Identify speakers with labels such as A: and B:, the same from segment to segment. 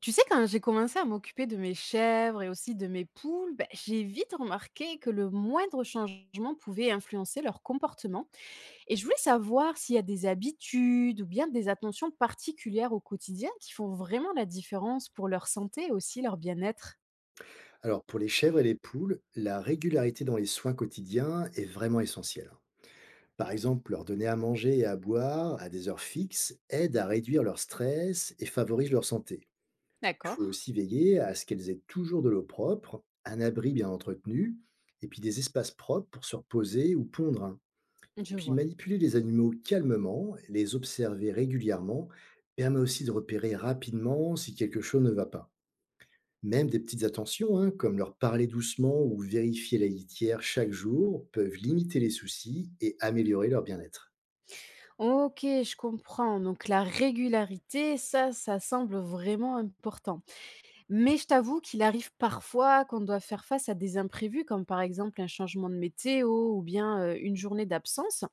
A: Tu sais, quand j'ai commencé à m'occuper de mes chèvres et aussi de mes poules, ben, j'ai vite remarqué que le moindre changement pouvait influencer leur comportement. Et je voulais savoir s'il y a des habitudes ou bien des attentions particulières au quotidien qui font vraiment la différence pour leur santé et aussi leur bien-être.
B: Alors, pour les chèvres et les poules, la régularité dans les soins quotidiens est vraiment essentielle, hein. Par exemple, leur donner à manger et à boire à des heures fixes aide à réduire leur stress et favorise leur santé. Il
A: D'accord.
B: faut aussi veiller à ce qu'elles aient toujours de l'eau propre, un abri bien entretenu, et puis des espaces propres pour se reposer ou pondre, hein. Et
A: Je
B: puis
A: vois.
B: manipuler les animaux calmement, les observer régulièrement, permet aussi de repérer rapidement si quelque chose ne va pas. Même des petites attentions, hein, comme leur parler doucement ou vérifier la litière chaque jour, peuvent limiter les soucis et améliorer leur bien-être.
A: Ok, je comprends. Donc la régularité, ça semble vraiment important. Mais je t'avoue qu'il arrive parfois qu'on doit faire face à des imprévus, comme par exemple un changement de météo ou bien une journée d'absence.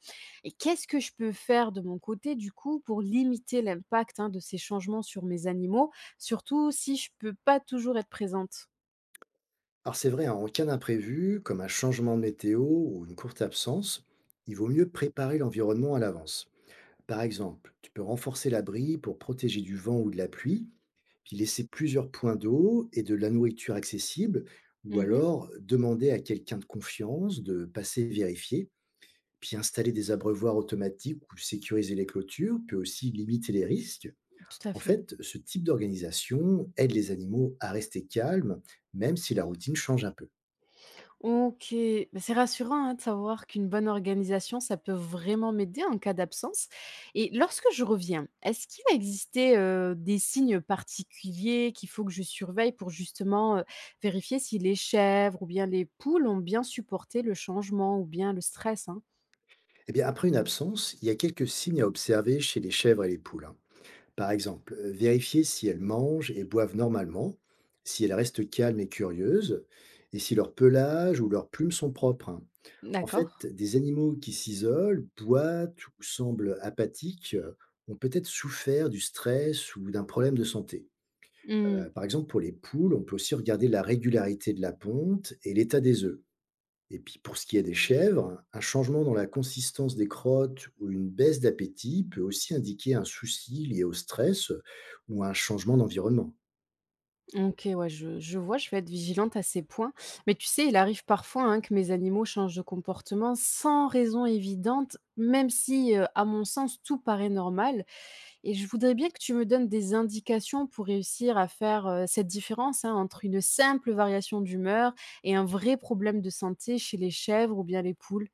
A: Et qu'est-ce que je peux faire de mon côté, du coup, pour limiter l'impact hein, de ces changements sur mes animaux, surtout si je peux pas toujours être présente.
B: Alors c'est vrai, hein, en cas d'imprévu, comme un changement de météo ou une courte absence, il vaut mieux préparer l'environnement à l'avance. Par exemple, tu peux renforcer l'abri pour protéger du vent ou de la pluie, puis laisser plusieurs points d'eau et de la nourriture accessible, ou
A: Mhm,
B: alors demander à quelqu'un de confiance de passer vérifier. Puis installer des abreuvoirs automatiques ou sécuriser les clôtures peut aussi limiter les risques.
A: tout à
B: En
A: fait.
B: fait, ce type d'organisation aide les animaux à rester calmes, même si la routine change un peu.
A: OK, bah, c'est rassurant, hein, de savoir qu'une bonne organisation, ça peut vraiment m'aider en cas d'absence. Et lorsque je reviens, est-ce qu'il va exister, des signes particuliers qu'il faut que je surveille pour justement, vérifier si les chèvres ou bien les poules ont bien supporté le changement ou bien le stress, hein?
B: Eh bien, après une absence, il y a quelques signes à observer chez les chèvres et les poules, hein. Par exemple, vérifier si elles mangent et boivent normalement, si elles restent calmes et curieuses, et si leur pelage ou leurs plumes sont propres, hein. En
A: D'accord.
B: fait, des animaux qui s'isolent, boitent ou semblent apathiques, ont peut-être souffert du stress ou d'un problème de santé.
A: Mmh.
B: Par exemple, pour les poules, on peut aussi regarder la régularité de la ponte et l'état des œufs. Et puis pour ce qui est des chèvres, un changement dans la consistance des crottes ou une baisse d'appétit peut aussi indiquer un souci lié au stress, ou à un changement d'environnement.
A: OK, ouais, je vois, je vais être vigilante à ces points. Mais tu sais, il arrive parfois, hein, que mes animaux changent de comportement sans raison évidente, même si, à mon sens, tout paraît normal. Et je voudrais bien que tu me donnes des indications pour réussir à faire, cette différence, hein, entre une simple variation d'humeur et un vrai problème de santé chez les chèvres ou bien les poules.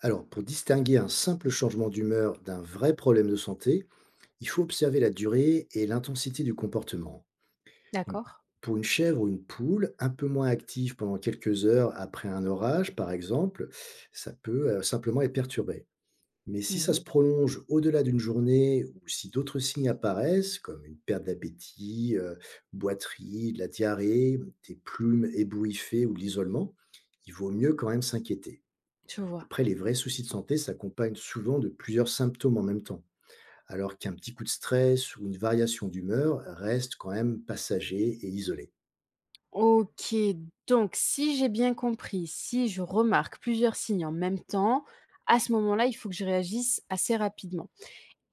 B: Alors, pour distinguer un simple changement d'humeur d'un vrai problème de santé, il faut observer la durée et l'intensité du comportement. Donc,
A: D'accord.
B: pour une chèvre ou une poule, un peu moins active pendant quelques heures après un orage, par exemple, ça peut simplement être perturbé. Mais si ça
A: Mmh.
B: se prolonge au-delà d'une journée ou si d'autres signes apparaissent, comme une perte d'appétit, boiterie, de la diarrhée, des plumes ébouriffées ou de l'isolement, il vaut mieux quand même s'inquiéter.
A: Je vois.
B: Après, les vrais soucis de santé s'accompagnent souvent de plusieurs symptômes en même temps, alors qu'un petit coup de stress ou une variation d'humeur reste quand même passager et isolé.
A: OK, donc si j'ai bien compris, si je remarque plusieurs signes en même temps, à ce moment-là, il faut que je réagisse assez rapidement.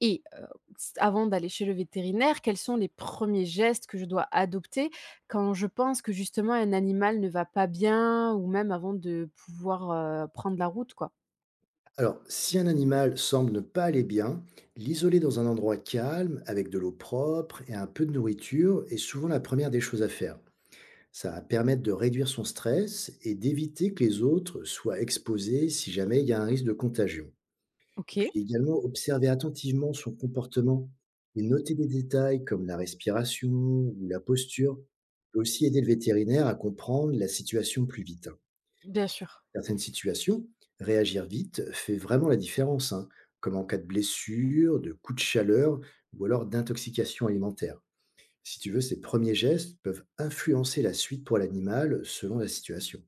A: Et s avant d'aller chez le vétérinaire, quels sont les premiers gestes que je dois adopter quand je pense que justement un animal ne va pas bien, ou même avant de pouvoir, prendre la route, quoi?
B: Alors, si un animal semble ne pas aller bien, l'isoler dans un endroit calme, avec de l'eau propre et un peu de nourriture, est souvent la première des choses à faire. Ça va permettre de réduire son stress et d'éviter que les autres soient exposés si jamais il y a un risque de contagion.
A: OK.
B: Puis également, observer attentivement son comportement et noter des détails comme la respiration ou la posture peut aussi aider le vétérinaire à comprendre la situation plus vite.
A: Bien sûr.
B: Certaines situations, réagir vite fait vraiment la différence, hein, comme en cas de blessure, de coup de chaleur ou alors d'intoxication alimentaire. Si tu veux, ces premiers gestes peuvent influencer la suite pour l'animal selon la situation.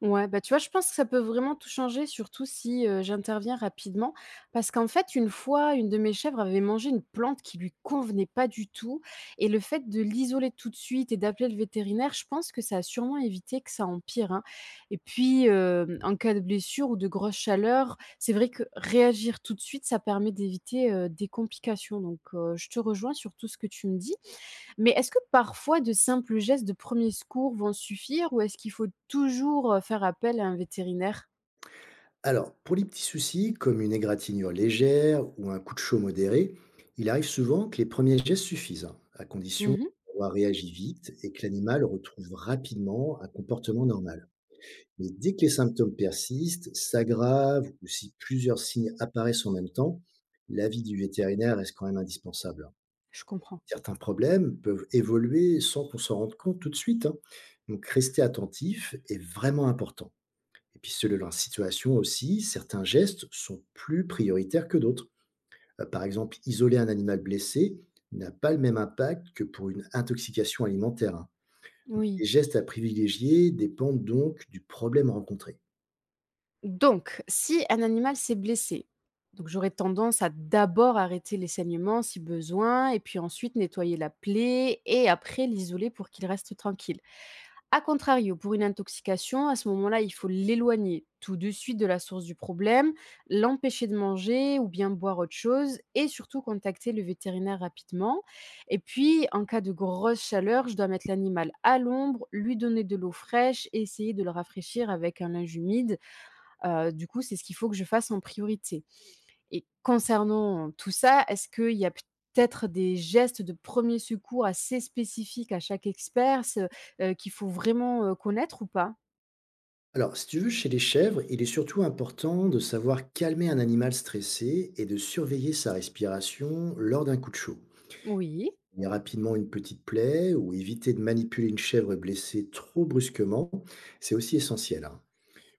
A: Ouais, bah, tu vois, je pense que ça peut vraiment tout changer, surtout si, j'interviens rapidement. Parce qu'en fait, une fois, une de mes chèvres avait mangé une plante qui lui convenait pas du tout, et le fait de l'isoler tout de suite et d'appeler le vétérinaire, je pense que ça a sûrement évité que ça empire, hein. Et puis, en cas de blessure ou de grosse chaleur, c'est vrai que réagir tout de suite, ça permet d'éviter, des complications. Donc, je te rejoins sur tout ce que tu me dis. Mais est-ce que parfois de simples gestes de premier secours vont suffire, ou est-ce qu'il faut toujours, faire appel à un vétérinaire?
B: Alors, pour les petits soucis, comme une égratignure légère ou un coup de chaud modéré, il arrive souvent que les premiers gestes suffisent, hein, à condition
A: Mmh.
B: d'avoir réagi vite et que l'animal retrouve rapidement un comportement normal. Mais dès que les symptômes persistent, s'aggravent ou si plusieurs signes apparaissent en même temps, l'avis du vétérinaire reste quand même indispensable.
A: Je comprends.
B: Certains problèmes peuvent évoluer sans qu'on s'en rende compte tout de suite, hein. Donc rester attentif est vraiment important. Et puis selon la situation aussi, certains gestes sont plus prioritaires que d'autres. Par exemple, isoler un animal blessé n'a pas le même impact que pour une intoxication alimentaire, hein. Donc, les
A: Oui.
B: gestes à privilégier dépendent donc du problème rencontré.
A: Donc si un animal s'est blessé, donc j'aurais tendance à d'abord arrêter les saignements si besoin, et puis ensuite nettoyer la plaie et après l'isoler pour qu'il reste tranquille. A contrario, pour une intoxication, à ce moment-là, il faut l'éloigner tout de suite de la source du problème, l'empêcher de manger ou bien boire autre chose, et surtout contacter le vétérinaire rapidement. Et puis, en cas de grosse chaleur, je dois mettre l'animal à l'ombre, lui donner de l'eau fraîche et essayer de le rafraîchir avec un linge humide. Du coup, c'est ce qu'il faut que je fasse en priorité. Et concernant tout ça, est-ce qu'il y a peut-être des gestes de 1er secours assez spécifiques à chaque expert, ce qu'il faut vraiment, connaître ou pas?
B: Alors, si tu veux, chez les chèvres, il est surtout important de savoir calmer un animal stressé et de surveiller sa respiration lors d'un coup de chaud.
A: Oui,
B: Il y a rapidement une petite plaie ou éviter de manipuler une chèvre blessée trop brusquement, c'est aussi essentiel, hein.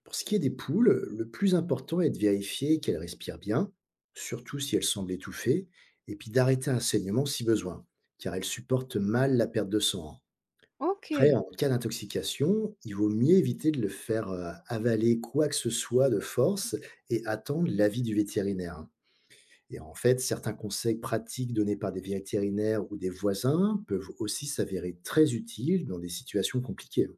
B: Pour ce qui est des poules, le plus important est de vérifier qu'elles respirent bien, surtout si elles semblent étouffées, et puis d'arrêter un saignement si besoin, car elles supportent mal la perte de sang, hein. Après,
A: OK.
B: en cas d'intoxication, il vaut mieux éviter de le faire, avaler quoi que ce soit de force et attendre l'avis du vétérinaire, hein. Et en fait, certains conseils pratiques donnés par des vétérinaires ou des voisins peuvent aussi s'avérer très utiles dans des situations compliquées, hein.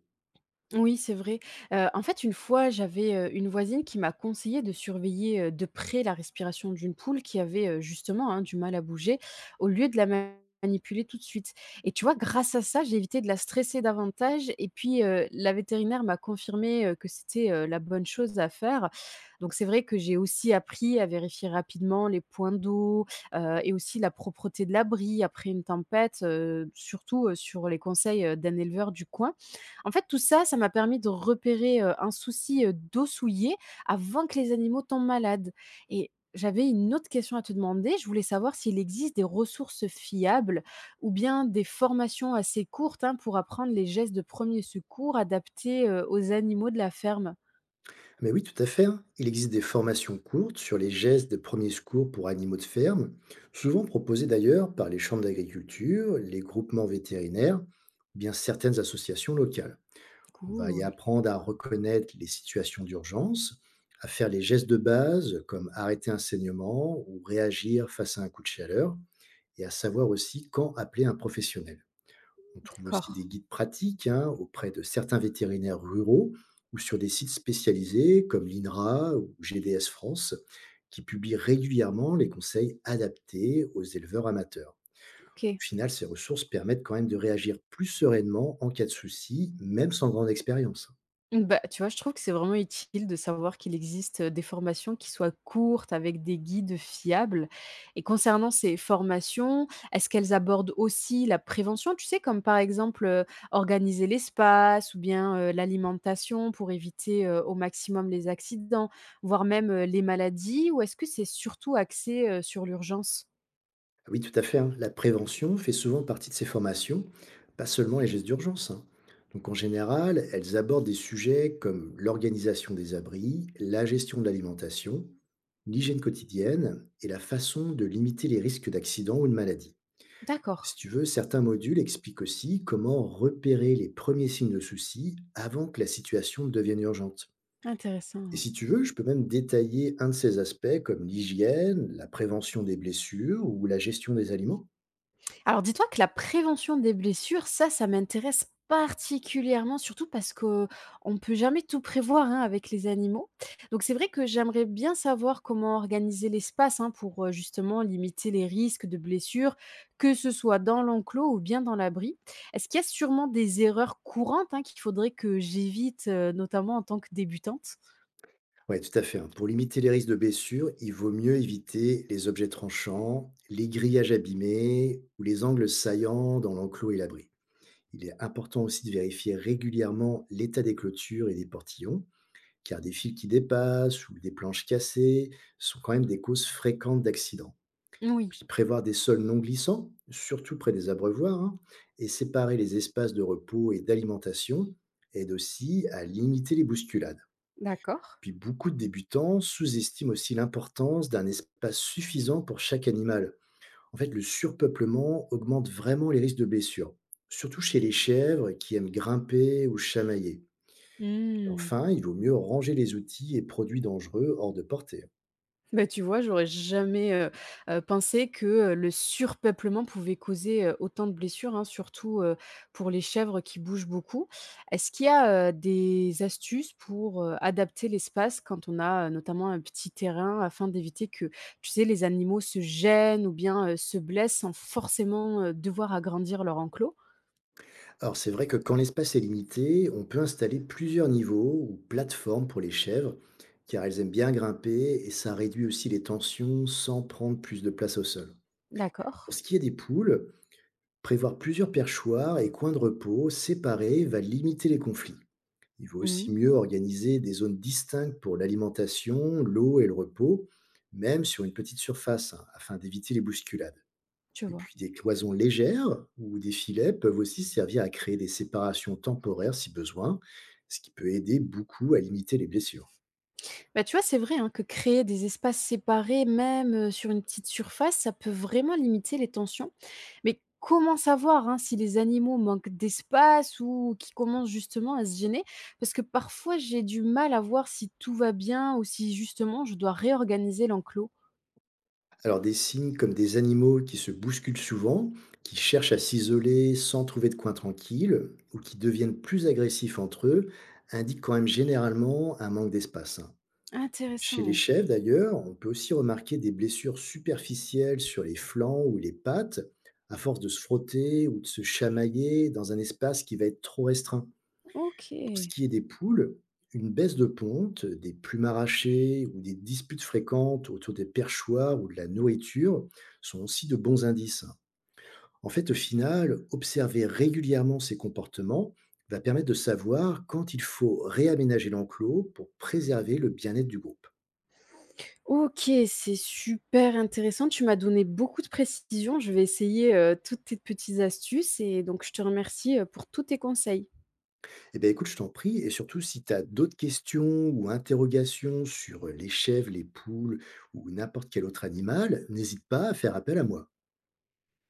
A: Oui, c'est vrai. En fait, une fois, j'avais, une voisine qui m'a conseillé de surveiller, de près la respiration d'une poule qui avait, justement, hein, du mal à bouger, au lieu de la manipuler tout de suite. Et tu vois, grâce à ça, j'ai évité de la stresser davantage, et puis, la vétérinaire m'a confirmé, que c'était, la bonne chose à faire. Donc c'est vrai que j'ai aussi appris à vérifier rapidement les points d'eau, et aussi la propreté de l'abri après une tempête, surtout, sur les conseils, d'un éleveur du coin. En fait, tout ça, ça m'a permis de repérer, un souci, d'eau souillée avant que les animaux tombent malades. Et j'avais une autre question à te demander. Je voulais savoir s'il existe des ressources fiables ou bien des formations assez courtes, hein, pour apprendre les gestes de 1er secours adaptés, aux animaux de la ferme?
B: Mais oui, tout à fait, hein. Il existe des formations courtes sur les gestes de premiers secours pour animaux de ferme, souvent proposées d'ailleurs par les chambres d'agriculture, les groupements vétérinaires, ou bien certaines associations locales. On va y
A: Cool,
B: apprendre à reconnaître les situations d'urgence, à faire les gestes de base comme arrêter un saignement ou réagir face à un coup de chaleur et à savoir aussi quand appeler un professionnel. On trouve aussi
A: d'accord.
B: des guides pratiques hein, auprès de certains vétérinaires ruraux ou sur des sites spécialisés comme l'INRA ou GDS France qui publient régulièrement les conseils adaptés aux éleveurs amateurs.
A: OK.
B: Au final, ces ressources permettent quand même de réagir plus sereinement en cas de souci, même sans grande expérience.
A: Mmh, bah, tu vois, je trouve que c'est vraiment utile de savoir qu'il existe, des formations qui soient courtes avec des guides fiables. Et concernant ces formations, est-ce qu'elles abordent aussi la prévention? Tu sais, comme par exemple, organiser l'espace ou bien, l'alimentation pour éviter, au maximum les accidents, voire même, les maladies, ou est-ce que c'est surtout axé, sur l'urgence?
B: Ah oui, tout à fait, hein. La prévention fait souvent partie de ces formations, pas seulement les gestes d'urgence, hein. Donc en général, elles abordent des sujets comme l'organisation des abris, la gestion de l'alimentation, l'hygiène quotidienne et la façon de limiter les risques d'accident ou de maladie. Si
A: D'accord,
B: tu veux, certains modules expliquent aussi comment repérer les premiers signes de soucis avant que la situation ne devienne urgente. Et
A: intéressant.
B: si tu veux, je peux même détailler un de ces aspects comme l'hygiène, la prévention des blessures ou la gestion des aliments.
A: Alors dis-toi que la prévention des blessures, ça m'intéresse particulièrement, surtout parce qu'on ne peut jamais tout prévoir hein, avec les animaux. Donc c'est vrai que j'aimerais bien savoir comment organiser l'espace hein, pour justement limiter les risques de blessures, que ce soit dans l'enclos ou bien dans l'abri. Est-ce qu'il y a sûrement des erreurs courantes hein, qu'il faudrait que j'évite, notamment en tant que débutante?
B: Ouais, tout à fait, hein. Pour limiter les risques de blessures, il vaut mieux éviter les objets tranchants, les grillages abîmés ou les angles saillants dans l'enclos et l'abri. Il est important aussi de vérifier régulièrement l'état des clôtures et des portillons, car des fils qui dépassent ou des planches cassées sont quand même des causes fréquentes d'accidents.
A: Oui,
B: Puis prévoir des sols non glissants, surtout près des abreuvoirs, hein, et séparer les espaces de repos et d'alimentation aide aussi à limiter les bousculades.
A: d'accord.
B: Puis beaucoup de débutants sous-estiment aussi l'importance d'un espace suffisant pour chaque animal. En fait, le surpeuplement augmente vraiment les risques de blessures, surtout chez les chèvres qui aiment grimper ou chamailler. Puis enfin, il vaut mieux ranger les outils et produits dangereux hors de portée.
A: Bah, tu vois, j'aurais jamais, pensé que, le surpeuplement pouvait causer, autant de blessures, hein, surtout, pour les chèvres qui bougent beaucoup. Est-ce qu'il y a, des astuces pour, adapter l'espace quand on a, notamment un petit terrain afin d'éviter que, tu sais, les animaux se gênent ou bien, se blessent, sans forcément, devoir agrandir leur enclos?
B: Alors c'est vrai que quand l'espace est limité, on peut installer plusieurs niveaux ou plateformes pour les chèvres, car elles aiment bien grimper et ça réduit aussi les tensions sans prendre plus de place au sol.
A: D'accord.
B: Pour ce qui est des poules, prévoir plusieurs perchoirs et coins de repos séparés va limiter les conflits. Il vaut aussi
A: Mmh.
B: mieux organiser des zones distinctes pour l'alimentation, l'eau et le repos, même sur une petite surface, hein, afin d'éviter les bousculades.
A: Je
B: Et
A: vois.
B: puis des cloisons légères ou des filets peuvent aussi servir à créer des séparations temporaires si besoin, ce qui peut aider beaucoup à limiter les blessures.
A: Bah, tu vois, c'est vrai, hein, que créer des espaces séparés, même, sur une petite surface, ça peut vraiment limiter les tensions. Mais comment savoir hein, si les animaux manquent d'espace ou qui commencent justement à se gêner? Parce que parfois j'ai du mal à voir si tout va bien, ou si justement je dois réorganiser l'enclos.
B: Alors des signes comme des animaux qui se bousculent souvent, qui cherchent à s'isoler sans trouver de coin tranquille, ou qui deviennent plus agressifs entre eux, indiquent quand même généralement un manque d'espace, hein. Chez les
A: Intéressant.
B: chefs d'ailleurs, on peut aussi remarquer des blessures superficielles sur les flancs ou les pattes, à force de se frotter ou de se chamailler dans un espace qui va être trop restreint. Pour ce
A: OK.
B: qui est des poules, une baisse de ponte, des plumes arrachées ou des disputes fréquentes autour des perchoirs ou de la nourriture sont aussi de bons indices. En fait, au final, observer régulièrement ces comportements va permettre de savoir quand il faut réaménager l'enclos pour préserver le bien-être du groupe.
A: OK, c'est super intéressant. Tu m'as donné beaucoup de précisions. Je vais essayer, toutes tes petites astuces et donc je te remercie, pour tous tes conseils.
B: Eh bien, écoute, je t'en prie, et surtout si tu as d'autres questions ou interrogations sur les chèvres, les poules ou n'importe quel autre animal, n'hésite pas à faire appel à moi.